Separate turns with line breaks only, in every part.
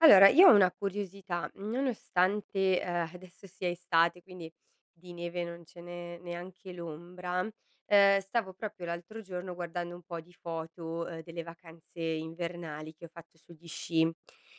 Allora, io ho una curiosità, nonostante, adesso sia estate, quindi di neve non ce n'è neanche l'ombra. Stavo proprio l'altro giorno guardando un po' di foto, delle vacanze invernali che ho fatto sugli sci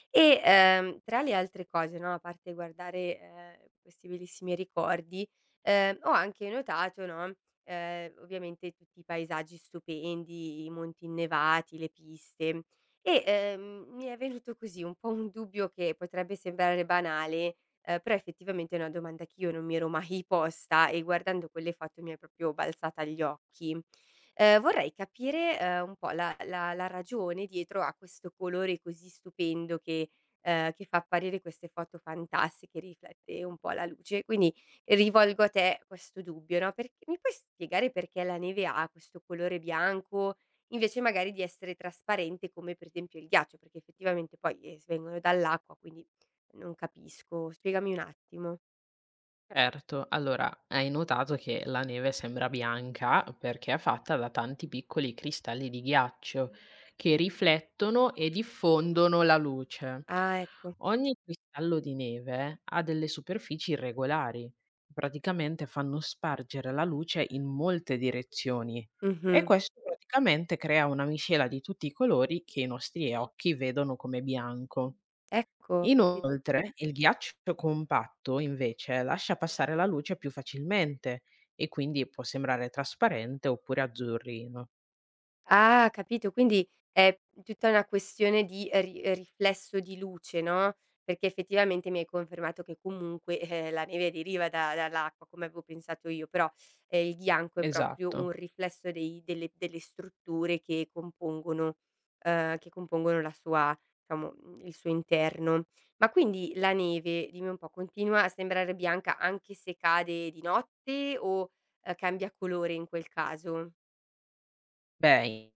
e, tra le altre cose, no, a parte guardare, questi bellissimi ricordi, ho anche notato, no, ovviamente tutti i paesaggi stupendi, i monti innevati, le piste, e, mi è venuto così un po' un dubbio che potrebbe sembrare banale, però effettivamente è una domanda che io non mi ero mai posta e guardando quelle foto mi è proprio balzata agli occhi. Vorrei capire, un po' la ragione dietro a questo colore così stupendo che fa apparire queste foto fantastiche, riflette un po' la luce. Quindi rivolgo a te questo dubbio, no? Perché mi puoi spiegare perché la neve ha questo colore bianco invece magari di essere trasparente come per esempio il ghiaccio? Perché effettivamente poi, s vengono dall'acqua, quindi non capisco. Spiegami un attimo.
Certo, allora hai notato che la neve sembra bianca perché è fatta da tanti piccoli cristalli di ghiaccio che riflettono e diffondono la luce.
Ah, ecco.
Ogni cristallo di neve ha delle superfici irregolari, praticamente fanno spargere la luce in molte direzioni e
Mh-mh.
questo praticamente crea una miscela di tutti i colori che i nostri occhi vedono come bianco.
Ecco, ho capito.
Inoltre, il ghiaccio compatto, invece, lascia passare la luce più facilmente e quindi può sembrare trasparente oppure azzurrino.
Ah, capito, quindi è tutta una questione di ri riflesso di luce, no? Perché effettivamente mi hai confermato che comunque, la neve deriva da dall'acqua, come avevo pensato io, però, il bianco è proprio un
Esatto.
riflesso dei delle delle strutture che compongono la sua, diciamo, il suo interno. Ma quindi la neve, dimmi un po', continua a sembrare bianca anche se cade di notte o, cambia colore in quel caso?
Beh,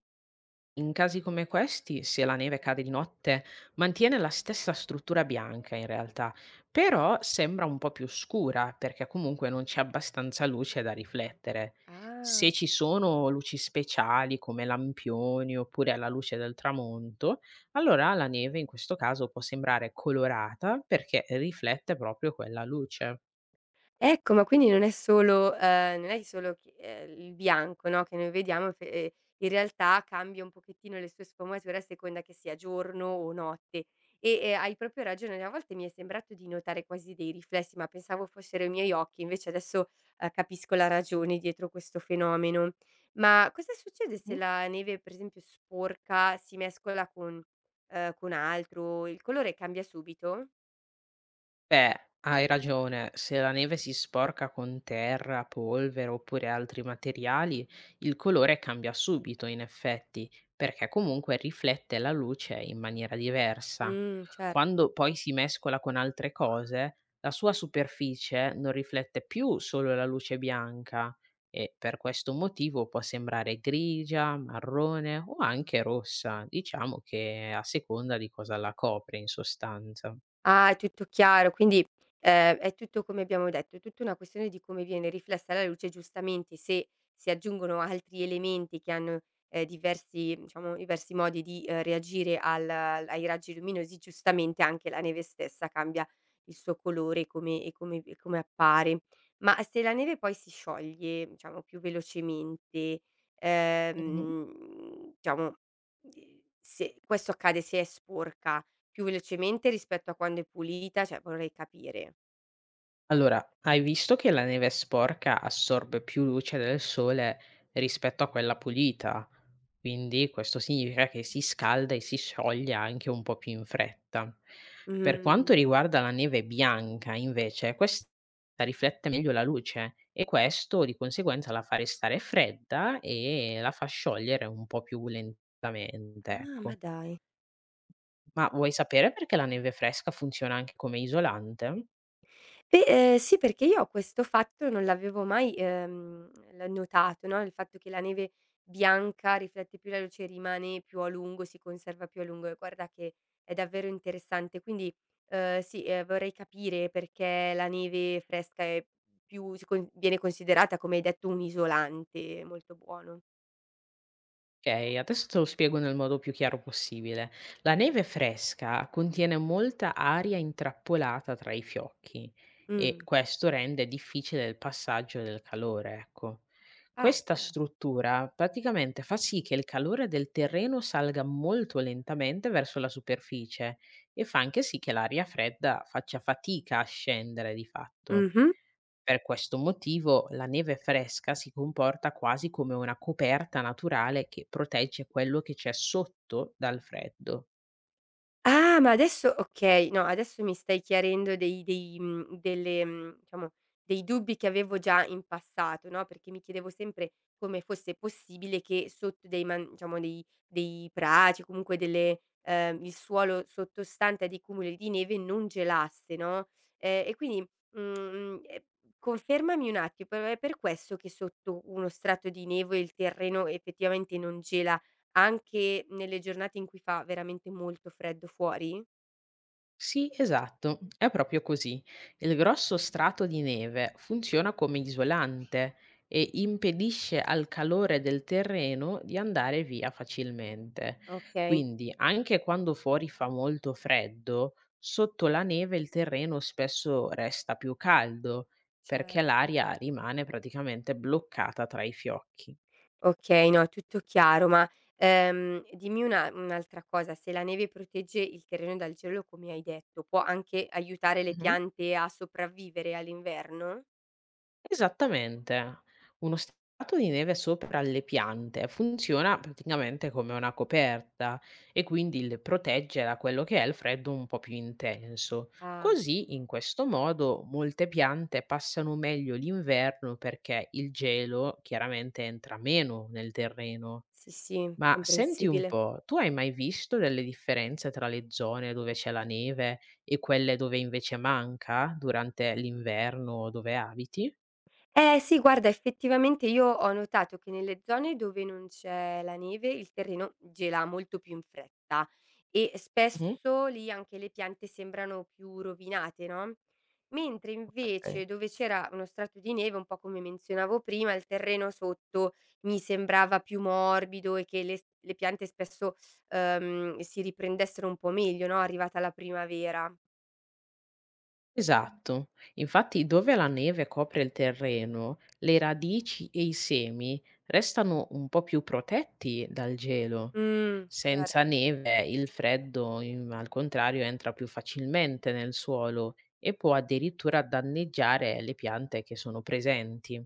in casi come questi, se la neve cade di notte, mantiene la stessa struttura bianca in realtà, però sembra un po' più scura perché comunque non c'è abbastanza luce da riflettere. Se
Ah.
ci sono luci speciali come lampioni oppure la luce del tramonto, allora la neve in questo caso può sembrare colorata perché riflette proprio quella luce.
Ecco, ma quindi non è solo non è solo che, il bianco, no, che noi vediamo, fe in realtà cambia un pochettino le sue sfumature a seconda che sia giorno o notte. E, hai proprio ragione, a volte mi è sembrato di notare quasi dei riflessi, ma pensavo fossero i miei occhi, invece adesso capisco la ragione dietro questo fenomeno. Ma cosa succede se
Mm.
la neve, per esempio, sporca, si mescola con altro? Il colore cambia subito?
Beh, hai ragione, se la neve si sporca con terra, polvere oppure altri materiali, il colore cambia subito in effetti, perché comunque riflette la luce in maniera diversa.
Certo.
Quando poi si mescola con altre cose, la sua superficie non riflette più solo la luce bianca e per questo motivo può sembrare grigia, marrone o anche rossa, diciamo che a seconda di cosa la copre in sostanza.
Ah, è tutto chiaro, quindi, è tutto come abbiamo detto, è tutta una questione di come viene riflessa la luce. Giustamente se si aggiungono altri elementi che hanno, diversi, diciamo, diversi modi di, reagire al ai raggi luminosi, giustamente anche la neve stessa cambia il suo colore e come appare. Ma se la neve poi si scioglie, diciamo, più velocemente,
Mhm.
diciamo, se questo accade, se è sporca, più velocemente rispetto a quando è pulita? Cioè vorrei capire.
Allora, hai visto che la neve sporca assorbe più luce del sole rispetto a quella pulita? Quindi questo significa che si scalda e si scioglie anche un po' più in fretta. Per
Mhmm.
quanto riguarda la neve bianca, invece, questa riflette meglio la luce e questo di conseguenza la fa restare fredda e la fa sciogliere un po' più lentamente,
Ah, ma
ecco.
dai.
Ma vuoi sapere perché la neve fresca funziona anche come isolante?
Beh, sì, perché io ho questo fatto non l'avevo mai, l notato, no, il fatto che la neve bianca riflette più la luce, rimane più a lungo, si conserva più a lungo, e guarda che è davvero interessante. Quindi, sì, vorrei capire perché la neve fresca è più con viene considerata, come hai detto, un isolante molto buono.
Okay, adesso te lo spiego nel modo più chiaro possibile. La neve fresca contiene molta aria intrappolata tra i fiocchi e
Mh.
questo rende difficile il passaggio del calore, ecco.
Ah,
Questa
chiaro.
struttura praticamente fa sì che il calore del terreno salga molto lentamente verso la superficie e fa anche sì che l'aria fredda faccia fatica a scendere di fatto.
Mh-mh.
Per questo motivo la neve fresca si comporta quasi come una coperta naturale che protegge quello che c'è sotto dal freddo.
Ah, ma adesso okay, no, adesso mi stai chiarendo dei delle diciamo, dei dubbi che avevo già in passato, no? Perché mi chiedevo sempre come fosse possibile che sotto dei, man diciamo, dei prati, comunque delle, il suolo sottostante a dei cumuli di neve non gelasse, no? E quindi, mhmm, ehm, confermami un attimo, però è per questo che sotto uno strato di neve il terreno effettivamente non gela anche nelle giornate in cui fa veramente molto freddo fuori?
Sì, esatto, è proprio così. Il grosso strato di neve funziona come isolante e impedisce al calore del terreno di andare via facilmente.
Okay.
Quindi, anche quando fuori fa molto freddo, sotto la neve il terreno spesso resta più caldo perché
Certo.
l'aria rimane praticamente bloccata tra i fiocchi.
Okay, no, è tutto chiaro, ma, dimmi una un'altra cosa. Se la neve protegge il terreno dal gelo, come hai detto, può anche aiutare le piante a sopravvivere all'inverno?
Esattamente. Uno strato di neve sopra le piante funziona praticamente come una coperta e quindi le protegge da quello che è il freddo un po' più intenso.
Ah,
Così, in questo modo, molte piante passano meglio l'inverno perché il gelo chiaramente entra meno nel terreno.
sì, sì,
Ma senti un
comprensibile.
po', tu hai mai visto delle differenze tra le zone dove c'è la neve e quelle dove invece manca durante l'inverno dove abiti?
Eh sì, guarda, effettivamente io ho notato che nelle zone dove non c'è la neve il terreno gela molto più in fretta e spesso lì anche le piante sembrano più rovinate, no? Mentre
Okay.
invece dove c'era uno strato di neve, un po' come menzionavo prima, il terreno sotto mi sembrava più morbido e che le piante spesso, si riprendessero un po' meglio, no? Arrivata la primavera.
Esatto. Infatti dove la neve copre il terreno, le radici e i semi restano un po' più protetti dal gelo.
Mm,
Senza
certo.
neve il freddo, in al contrario, entra più facilmente nel suolo e può addirittura danneggiare le piante che sono presenti.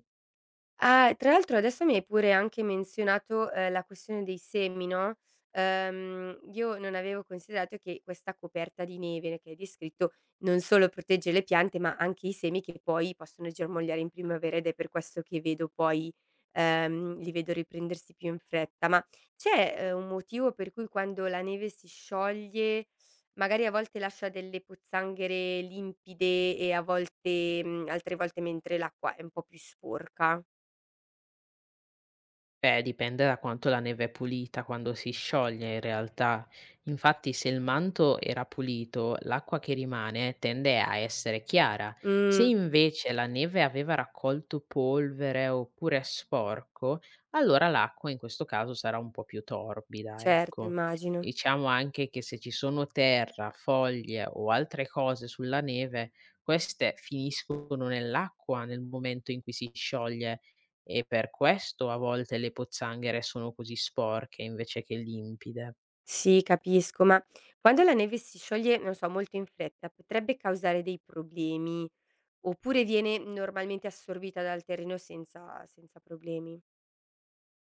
Ah, tra l'altro adesso mi hai pure anche menzionato, la questione dei semi, no? Io non avevo considerato che questa coperta di neve che hai descritto non solo protegge le piante, ma anche i semi che poi possono germogliare in primavera, ed è per questo che vedo poi, li vedo riprendersi più in fretta. Ma c'è, un motivo per cui quando la neve si scioglie magari a volte lascia delle pozzanghere limpide e a volte, altre volte mentre l'acqua è un po' più sporca?
Beh, dipende da quanto la neve è pulita quando si scioglie in realtà. Infatti, se il manto era pulito, l'acqua che rimane tende a essere chiara. Se
Mh,
invece la neve aveva raccolto polvere oppure è sporco, allora l'acqua in questo caso sarà un po' più torbida,
certo,
ecco.
immagino.
Diciamo anche che se ci sono terra, foglie o altre cose sulla neve, queste finiscono nell'acqua nel momento in cui si scioglie e per questo a volte le pozzanghere sono così sporche invece che limpide.
Sì, capisco, ma quando la neve si scioglie, non so, molto in fretta, potrebbe causare dei problemi oppure viene normalmente assorbita dal terreno senza problemi?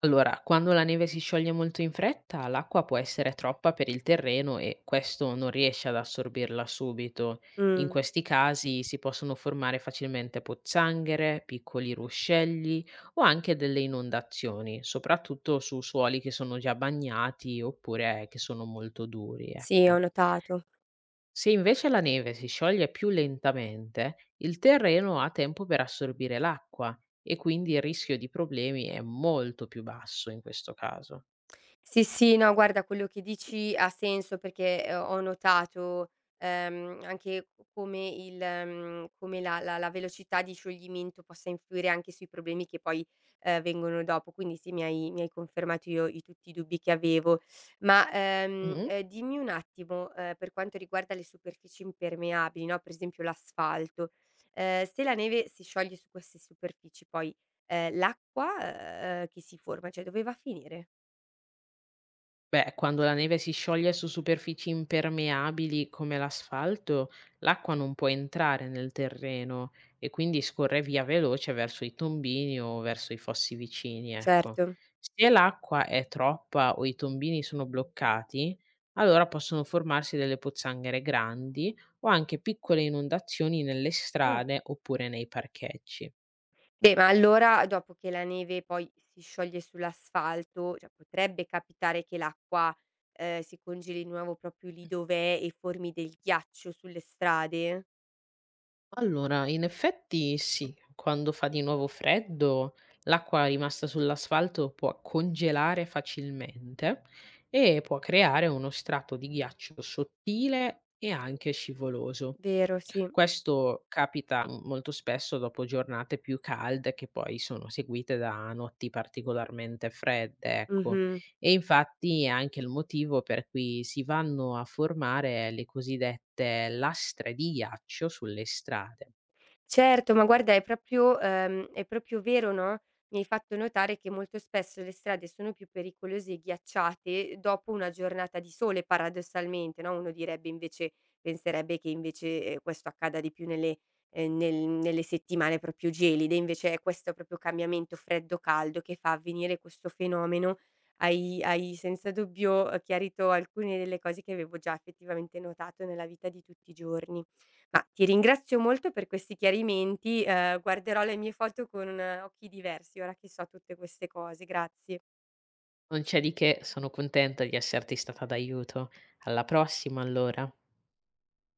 Allora, quando la neve si scioglie molto in fretta, l'acqua può essere troppa per il terreno e questo non riesce ad assorbirla subito. In
Mh,
questi casi si possono formare facilmente pozzanghere, piccoli ruscelli o anche delle inondazioni, soprattutto su suoli che sono già bagnati oppure che sono molto duri,
sì, ho
ecco.
notato.
Se invece la neve si scioglie più lentamente, il terreno ha tempo per assorbire l'acqua e quindi il rischio di problemi è molto più basso in questo caso.
Sì, sì, no, guarda, quello che dici ha senso perché, ho notato, anche c come il, come la velocità di scioglimento possa influire anche sui problemi che poi, vengono dopo. Quindi sì, mi hai confermato io i tutti i dubbi che avevo. Ma, dimmi un attimo, per quanto riguarda le superfici impermeabili, no, per esempio l'asfalto, se la neve si scioglie su queste superfici poi, l'acqua, che si forma, cioè dove va a finire?
Beh, quando la neve si scioglie su superfici impermeabili come l'asfalto, l'acqua non può entrare nel terreno e quindi scorre via veloce verso i tombini o verso i fossi vicini, ecco.
Certo.
Se l'acqua è troppa o i tombini sono bloccati, allora possono formarsi delle pozzanghere grandi o anche piccole inondazioni nelle
Mh.
strade oppure nei parcheggi.
Beh, ma allora dopo che la neve poi si scioglie sull'asfalto, cioè potrebbe capitare che l'acqua, si congeli di nuovo proprio lì dov'è e formi del ghiaccio sulle strade?
Allora, in effetti sì, quando fa di nuovo freddo, l'acqua rimasta sull'asfalto può congelare facilmente e può creare uno strato di ghiaccio sottile e anche scivoloso.
Vero, sì.
Questo capita molto spesso dopo giornate più calde che poi sono seguite da notti particolarmente fredde, ecco.
Mh-mh.
E infatti è anche il motivo per cui si vanno a formare le cosiddette lastre di ghiaccio sulle strade.
Certo, ma guarda è proprio, è proprio vero, no? Mi hai fatto notare che molto spesso le strade sono più pericolose e ghiacciate dopo una giornata di sole, paradossalmente, no? Uno direbbe, invece penserebbe che invece, questo accada di più nelle, nelle settimane proprio gelide, invece è questo proprio cambiamento freddo-caldo che fa avvenire questo fenomeno. Hai senza dubbio, chiarito alcune delle cose che avevo già effettivamente notato nella vita di tutti i giorni. Ma ti ringrazio molto per questi chiarimenti, guarderò le mie foto con, occhi diversi ora che so tutte queste cose. Grazie.
Non c'è di che, sono contenta di esserti stata d'aiuto. Alla prossima allora.